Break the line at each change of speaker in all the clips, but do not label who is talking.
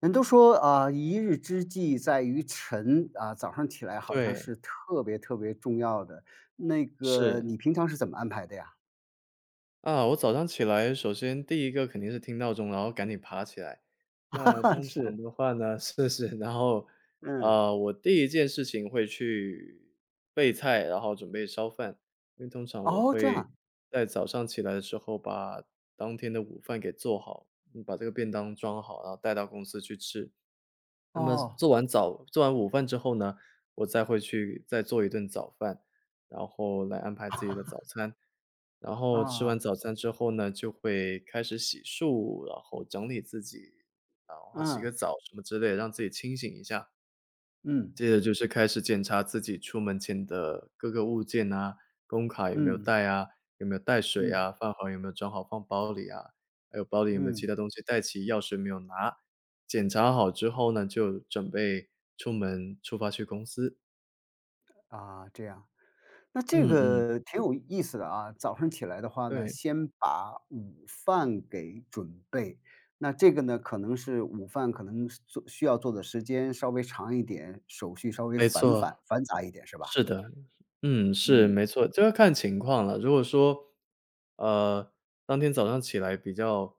人都说啊，一日之计在于晨啊，早上起来好像是
对，
特别特别重要的。那个
是。
你平常是怎么安排的呀？
我早上起来，首先第一个肯定是听闹钟，然后赶紧爬起来。那 通常
是，
的话呢 然后，
嗯，
我第一件事情会去备菜，然后准备烧饭。因为通常我
哦，这
会
样，
在早上起来的时候把当天的午饭给做好，把这个便当装好，然后带到公司去吃。那么
哦，
做完午饭之后呢，我再会去再做一顿早饭，然后来安排自己的早餐。然后吃完
啊，
早餐之后呢，就会开始洗漱，然后整理自己，然后洗
嗯，
个澡什么之类的让自己清醒一下。
嗯，
接着就是开始检查自己出门前的各个物件啊，工卡有没有
嗯，
带啊，有没有带水
嗯，
啊，饭盒有没有装好放包里啊，还有包里有没有其
嗯，
他东西带齐，钥匙没有拿。检查好之后呢，就准备出门出发去公司。
啊，这样。那这
嗯嗯，
个挺有意思的啊，早上起来的话呢，
对，
先把午饭给准备。那这个呢，可能是午饭可能是做需要做的时间稍微长一点，手续稍微
没
繁
错，
繁繁杂一点是吧？
是的。嗯，是，
嗯，
没错，这要看情况了。如果说，呃，当天早上起来比较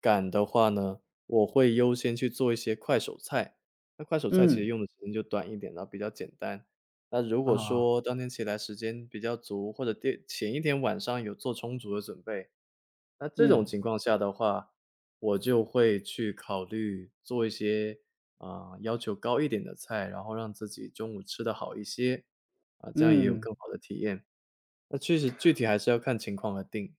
赶的话呢，我会优先去做一些快手菜。那快手菜其实
嗯，
用的时间就短一点，然后比较简单。那如果
啊，
说当天起来时间比较足，或者第前一天晚上有做充足的准备，那这种
嗯，
情况下的话，我就会去考虑做一些，要求高一点的菜，然后让自己中午吃的好一些，啊，这样也有
嗯，
更好的体验。那确实具体还是要看情况而定。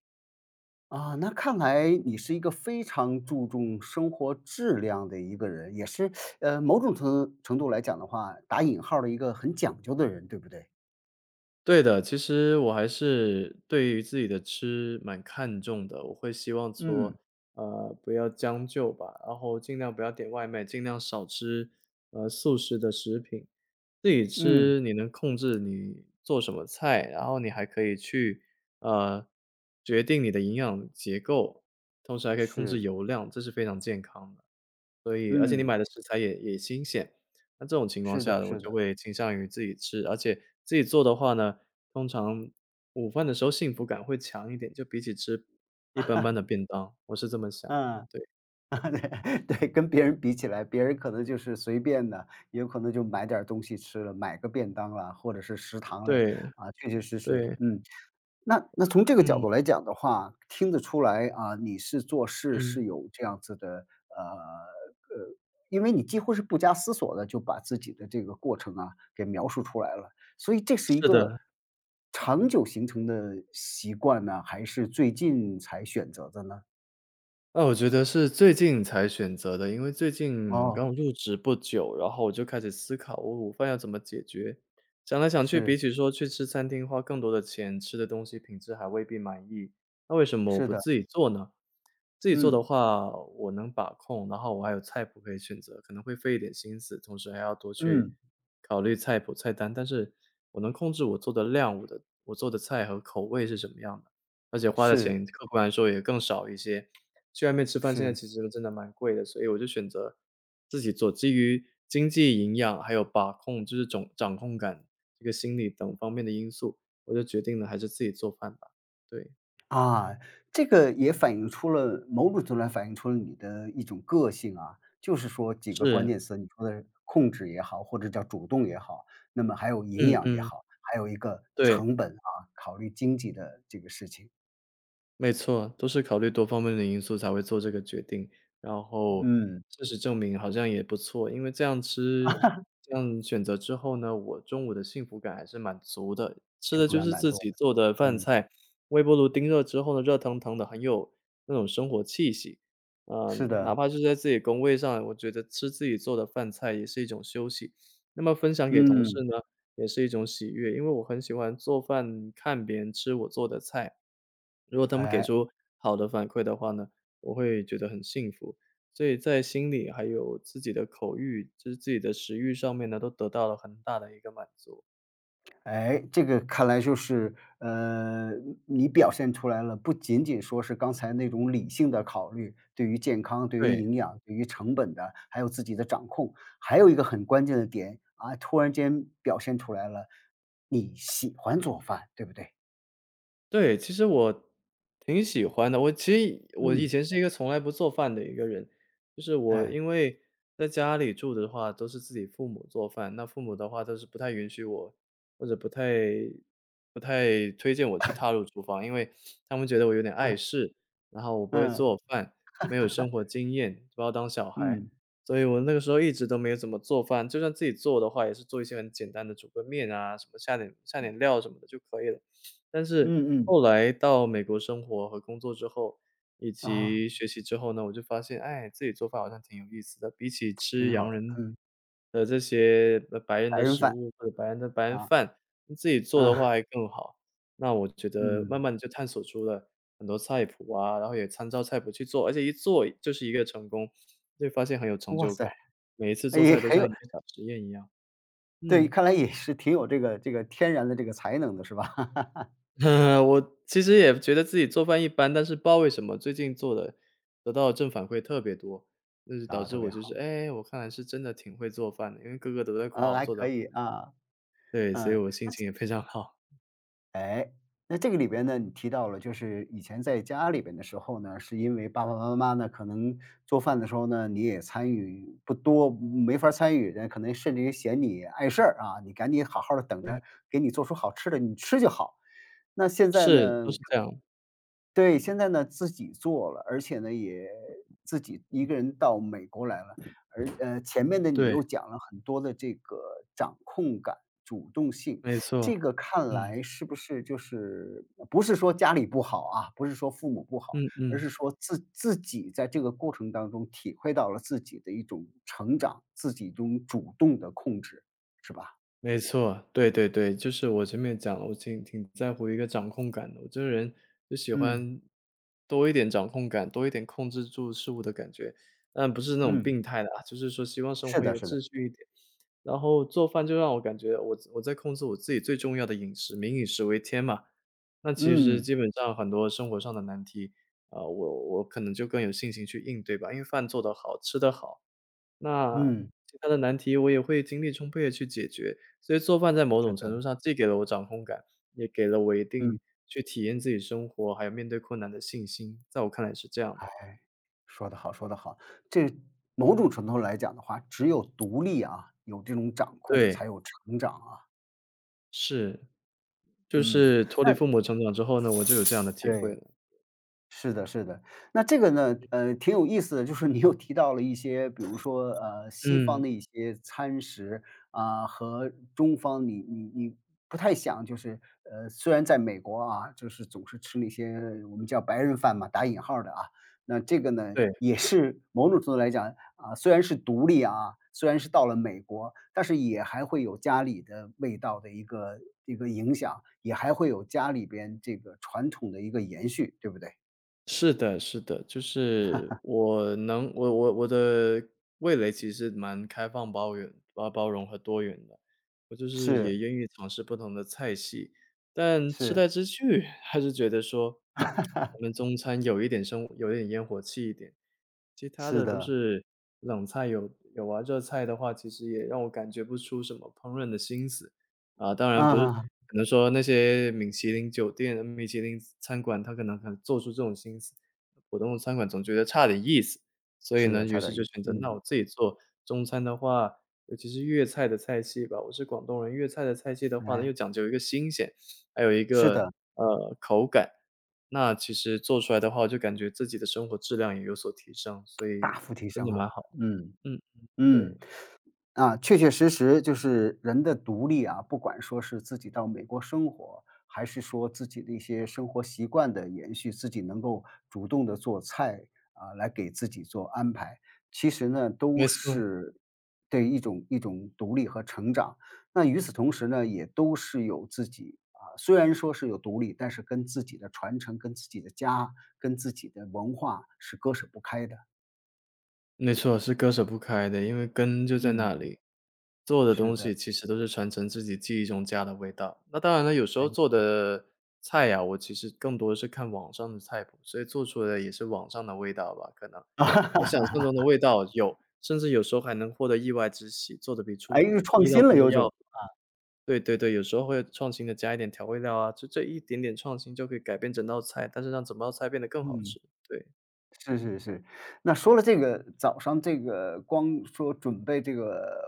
啊，那看来你是一个非常注重生活质量的一个人，也是，某种程度来讲的话，打引号儿的一个很讲究的人，对不对？
对的，其实我还是对于自己的吃蛮看重的，我会希望说，
嗯，
不要将就吧，然后尽量不要点外卖，尽量少吃，速食的食品。自己
嗯，
吃你能控制你做什么菜，然后你还可以去，呃，决定你的营养结构，同时还可以控制
是，
油量，这是非常健康的。所以而且你
嗯。
买的食材也新鲜，那这种情况
是的
下我
是的，
就会倾向于自己吃，而且自己做的话呢，通常午饭的时候幸福感会强一点，就比起吃一般般的 便当，我是这么想。
嗯，
对，
对对，跟别人比起来，别人可能就是随便的，也有可能就买点儿东西吃了，买个便当啦，或者是食堂嘞，
对，
啊，确确实实，
对，
嗯，那从这个角
嗯，
度来讲的话，听得出来啊，你是做事
嗯，
是有这样子的，呃呃，因为你几乎是不加思索的就把自己的这个过程啊，给描述出来了，所以这是一
是
个
的。
长久形成的习惯呢，还是最近才选择的呢？
啊，我觉得是最近才选择的，因为最近
哦，
刚入职不久，然后我就开始思考我午饭要怎么解决。想来想去，
是，
比起说去吃餐厅花更多的钱，吃的东西品质还未必满意，那为什么我
是
不
的，
自己做呢？自己做的
嗯，
话，我能把控，然后我还有菜谱可以选择，可能会费一点心思，同时还要多去
嗯。
考虑菜谱、菜单。但是我能控制我做的量，我做的菜和口味是什么样的，而且花的
是，
钱客观来说也更少一些。去外面吃饭现在
是。
其实真的蛮贵的，所以我就选择自己做。基于经济、营养还有把控，就是总掌控感、这个心理等方面的因素，我就决定了还是自己做饭吧。对，
啊，这个也反映出了某种程度上反映出了你的一种个性啊，就是说几个关
是，
键词，你说的控制也好，或者叫主动也好，那么还有营
嗯
养也
嗯，
好，还有一个
对。
成本啊，考虑经济的这个事情。
没错，都是考虑多方面的因素才会做这个决定。然后
嗯，
事实证明好像也不错，因为这样选择之后呢，我中午的幸福感还是蛮足的。吃
幸
的
福
就
感
是
蛮
自
多
己
的，
做的饭
嗯，
菜，微波炉叮热之后呢，热腾腾的，很有那种生活气息。
是
哪
的，
怕是在自己工位上，我觉得吃自己做的饭菜也是一种休息。那么分享给同事
嗯，
呢，也是一种喜悦，因为我很喜欢做饭，看别人吃我做的菜。如果他们给
哎。
出好的反馈的话呢，我会觉得很幸福。所以在心里还有自己的口欲，就是自己的食欲上面呢，都得到了很大的一个满足。
哎，这个看来就是，你表现出来了，不仅仅说是刚才那种理性的考虑，对于健康、对于
对，
营养、对于成本的，还有自己的掌控，还有一个很关键的点啊，突然间表现出来了，你喜欢做饭，对不对？
对，其实我挺喜欢的。我其实我以
嗯，
前是一个从来不做饭的一个人，就是我
哎，
因为在家里住的话，都是自己父母做饭，那父母的话都是不太允许我，或者不太推荐我去踏入厨房，因为他们觉得我有点碍事，然后我不会
嗯
做饭，没有生活经验，把我当小孩，
嗯
所以我那个时候一直都没有怎么做饭，就算自己做的话，也是做一些很简单的，煮个面啊，什么下点料什么的就可以了。但是
嗯嗯，
后来到美国生活和工作之后，以
啊，
及学习之后呢，我就发现，哎，自己做饭好像挺有意思的。比起吃
挺好
洋
的，
人
嗯，
的这些白人
白
的
人
食
饭
物或者白人
啊，
饭，自己做
嗯
的话还更好。那我觉得慢
嗯，
慢地就探索出了很多菜谱啊，然后也参照菜谱去做，而且一做就是一个成功，就发现很有成
哇
就
塞，
感。每一次
哎
做
也
菜都
很
像
有，
一个小实验一样。
对，
嗯。
看来也是挺有这个天然的这个才能的，是吧？
我其实也觉得自己做饭一般，但是不知道为什么最近做的得到的正反馈特别多，就是导
啊，
致
特
我
别
就是，
好，
哎，我看来是真的挺会做饭的，因为哥哥都在夸
嗯，
我
还
做的
可以，啊，
对，所以
嗯。
我心
那
情也非常好。
哎，那这个里边呢，你提到了，就是以前在家里边的时候呢，是因为爸爸妈妈呢，可能做饭的时候呢，你也参与不多，没法儿参与，那可能甚至于嫌你碍事儿啊，你赶紧好好的等
对，
着，给你做出好吃的，你吃就好。那现在
是，都
呢，
是这样，
对，现在呢自己做了，而且呢也自己一个人到美国来了，而前面的你
对，
又讲了很多的这个掌控感、主动性，
没错，
这个看
嗯，
来是不是就是不是说家里不好啊，不是说父母不好，
嗯
而
嗯。
是说自己在这个过程当中体会到了自己的一种成长，自己一种主动的控制，是吧？
没错，对对对，就是我前面讲了，挺在乎一个掌控感的，我这个人就喜
嗯，
欢多一点掌控感，多一点控制住事物的感觉，但不是那种
嗯，
病态的啊，就是说希望生
是
活
的
有
是的，
秩序一点。然后做饭就让我感觉我在控制我自己最重要的饮食，民以食为天嘛。那其实
嗯，
基本上很多生活上的难题，啊、我可能就更有信心去应对吧，因为饭做得好，吃得好，那
嗯，
其他的难题我也会精力充沛的去解决，所以做饭在某
是
种程
的，
度上既给了我掌控感，也给了我一定
嗯，
去体验自己生活，还有面对困难的信心，在我看来是这样的。
哎，说得好说得好。这某种程度来讲的话，只有独立啊，有这种掌控
对，
才有成长啊。
是，就
嗯，
是脱离
那
父母成长之后呢，我就有这样的体会
对。
了。
是的，是的。那这个呢，挺有意思的，就是你又提到了一些，比如说，西方
嗯，
的一些餐食啊，和中方你不太想就是，虽然在美国啊，就是总是吃那些我们叫白人饭嘛，打引号儿的啊，那这个呢，
对。
也是某种程度来讲啊，虽然是独立啊，虽然是到了美国，但是也还会有家里的味道的一个一个影响，也还会有家里边这个传统的一个延续，对不对？
是的，是的，我我的味蕾其实蛮开放、包容、包容和多元的，我就是也
是，
愿意尝试不同的菜系，但吃
是
来吃去还是觉得说，我们 中餐有一点生，有一点烟火气一点，其他
是
的都
的，
是冷菜有有啊，热菜的话其实也让我感觉不出什么烹饪的心思。啊，当然不是
啊，
可能说那些米其林酒店、米其林餐馆，他可能做出这种心思，普通的餐馆总觉得差点意思。所以
是
呢，
的，
于
差
是
点
就
意思，
选择那我
嗯，
自己做。中餐的话，尤其是粤菜的菜系吧，我是广东人，粤菜的菜系的话呢，又
哎，
讲究一个新鲜，还有一
是
个，
的，
口感。那其实做出来的话，我就感觉自己的生活质量也有所提升，所以
大幅提
真
升
的蛮
哈，
好。
嗯，
嗯嗯，
嗯。
对，
啊，确确实实就是人的独立啊，不管说是自己到美国生活，还是说自己的一些生活习惯的延续，自己能够主动的做菜，啊，来给自己做安排，其实呢，
没
都
错。
是对一种一种独立和成长。那与此同时呢，也都是有自己啊，虽然说是有独立，但是跟自己的传承、跟自己的家、跟自己的文化是割舍不开的。
没错，是割舍不开的，因为根就在
嗯，
那里。做的
是
东
的，
西其实都是传承自己记忆中家的味道。那当然了，有时候
哎，
做的菜呀，我其实更多的是看网上的菜谱，所以做出来的也是网上的味道吧，可能。我想象中的味道有，甚至有时候还能获得意外之喜，做的比
哎，
出
又创
意料
新了
中的
有种。
要对对对，有时候会创新的加一点调味料啊，就这一点点创新就可以改变整道菜，但是让整道菜变得更好
嗯，
吃，对，
是是是，那说了这个早上这个光说准备这个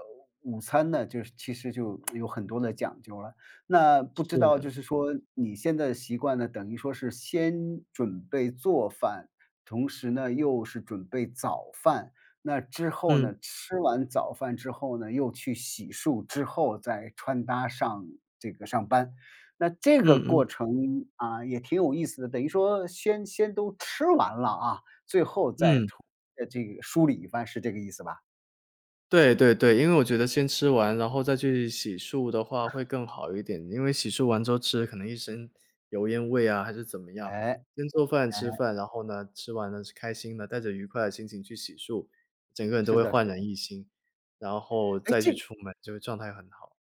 午餐呢，就是其实就有很多的讲究了。那不知道
是。
就是说你现在的习惯呢，等于说是先准备做饭，同时呢又是准备早饭，那之后
嗯，
呢，吃完早饭之后呢，又去洗漱之后再穿搭上这个上班。那这
嗯
个过
嗯
程啊，也挺有意思的，等于说先都吃完了啊，最后再
嗯。
图这个梳理一番，是这个意思吧？
对对对，因为我觉得先吃完，然后再去洗漱的话会更好一点，因为洗漱完之后吃，可能一身油烟味啊，还是怎么样。
哎，
先做饭
哎，
吃饭，然后呢，吃完了是开心的，带着愉快的心情去洗漱，整个人都
是
会
的是
焕然
的。
一新，然后
哎
再去
这
出门，就会状态很好。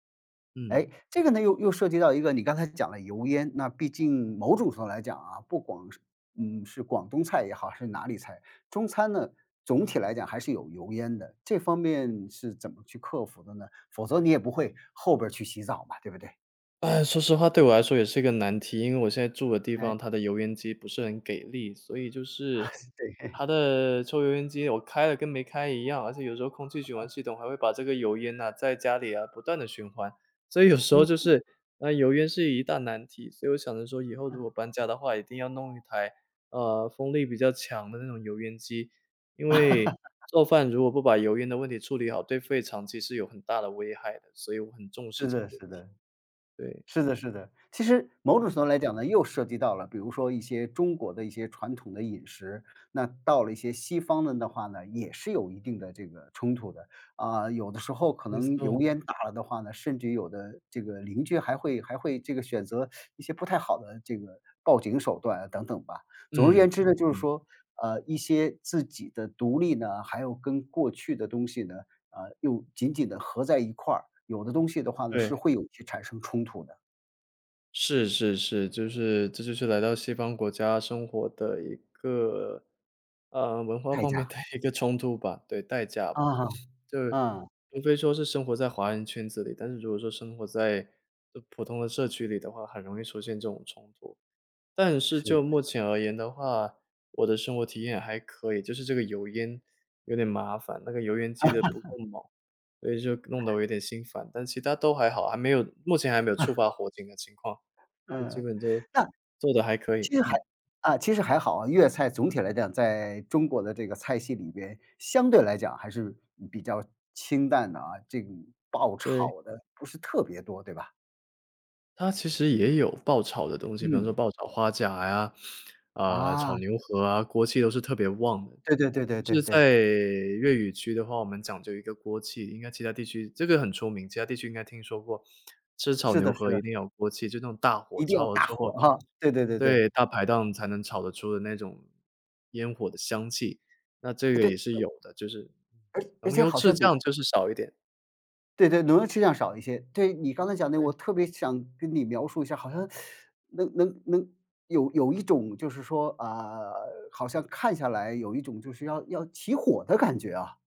嗯。
这个呢，又又涉及到一个你刚才讲了油烟，那毕竟某种程度来讲啊，不光是嗯，是广东菜也好，还是哪里菜，中餐呢，总体来讲还是有油烟的，这方面是怎么去克服的呢？否则你也不会后边儿去洗澡嘛，对不对？
哎，说实话，对我来说也是一个难题，因为我现在住的地
哎，
方，它的油烟机不是很给力，所以就是
对，
它的抽油烟机我开了跟没开一样，而且有时候空气循环系统还会把这个油烟呐、在家里啊不断的循环，所以有时候
嗯，
就是那油烟是一大难题，所以我想着说以后如
嗯，
果搬家的话，一定要弄一台风力比较强的那种油烟机，因为做饭如果不把油烟的问题处理好，对肺长期是有很大的危害的，所以我很重视
是
这个
的
问
是
题，
的。
对。
是的，是的。其实某种程度来讲呢，又涉及到了，比如说一些中国的一些传统的饮食，那到了一些西方的的话呢，也是有一定的这个冲突的。啊，有的时候可
没
能
错，
油烟大了的话呢，甚至有的这个邻居还会这个选择一些不太好的这个报警手段啊等等吧。总而言
嗯，
之呢，就是
嗯，
说，一些自己的独立呢，还有跟过去的东西呢，又紧紧的合在一块儿，有的东西的话呢，
对，
是会有一些产生冲突的。
是是是，就是这就是来到西方国家生活的一个，文化
代
方面
价，
的一个冲突吧，对，代价
啊，
吧。就是
嗯，
无非说是生活在华人圈子里，但是如果说生活在就普通的社区里的话，很容易出现这种冲突。但是
是
就
的，
目前而言的话，我的生活体验还可以，就是这个油烟有点麻烦，那个油烟机的不够猛，所以就弄得我有点心烦，但其他都还好，还没有目前还没有触发火警的情况，就基
嗯。
本都
那
做的还可以，
其实还
嗯，
啊，其实还好啊，粤菜总体来讲，在中国的这个菜系里边，相对来讲还是比较清淡的啊，这种爆
对。
炒的不是特别多，对吧？
它其实也有爆炒的东西，比方说
嗯，
爆炒花甲呀，啊，炒
啊，
牛河啊，锅气都是特别旺的。
对对对对
就是
对对，
在粤语区的话，我们讲究一个锅气，应该其他地区这个很出名，其他地区应该听说过，吃炒
是
牛
的是
河
的
一
是
定要
的，
有锅气，就那种大火
一定要
炒了
大
之
火
后，
哈，对对对对，
对，大排档才能炒得出的那种烟火的香气，那这
哎
个也
对，
是有的，就是嗯
而而
浓
且
油
好
赤
像得
酱就是少一点，
对对，能量质量少一些。对，你刚才讲的，我特别想跟你描述一下，好像能有一种就是说，啊，好像看下来有一种就是要起火的感觉啊。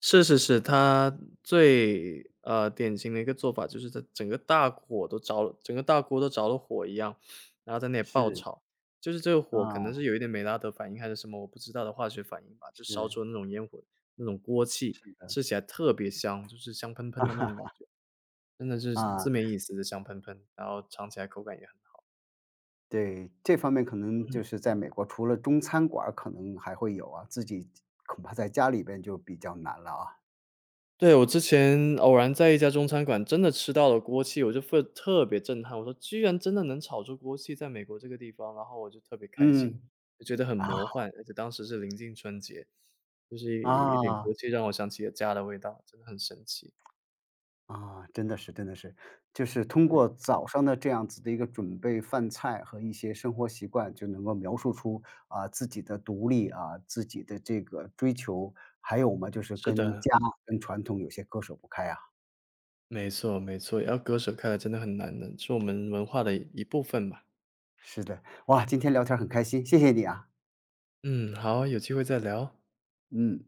是是是，它最典型的一个做法就是它整个大火都着了整个大锅都着了火一样，然后在那里爆
是，
炒。就是这个火可
啊，
能是有一点美拉德反应还是什么我不知道的化学反应吧，就烧
是，
出那种烟火那种锅气，
是的。
吃起来特别香，就是香喷喷的那种感觉，真的是
啊，
字面意思的香喷喷，然后尝起来口感也很
对，这方面可能就
好。
是在美国，除了中餐馆儿可能还会有啊，自己恐怕在家里边就比较难了啊。
对，我之前偶然在一家中餐馆真的吃到了锅气，我就会特别震撼，我说居然真的能炒出锅气，在美国这个地方，然后我就特别开心，
嗯，
就觉得很
啊，
魔幻，而且当时是临近春节，就是一点
啊。
锅气让我想起了家的味道，真的很神奇。
啊，真的是真的是，就是通过早上的这样子的一个准备饭菜和一些生活习惯，就能够描述出啊自己的独立啊，自己的这个追求，还有嘛就是
是
跟
的，
家跟传统有些割舍不开啊。
没错没错，要割舍开来真的很难的，是我们文化的一部分吧。
是的，哇，今天聊天很开心，谢谢你啊，
嗯，好，有机会再聊。
嗯。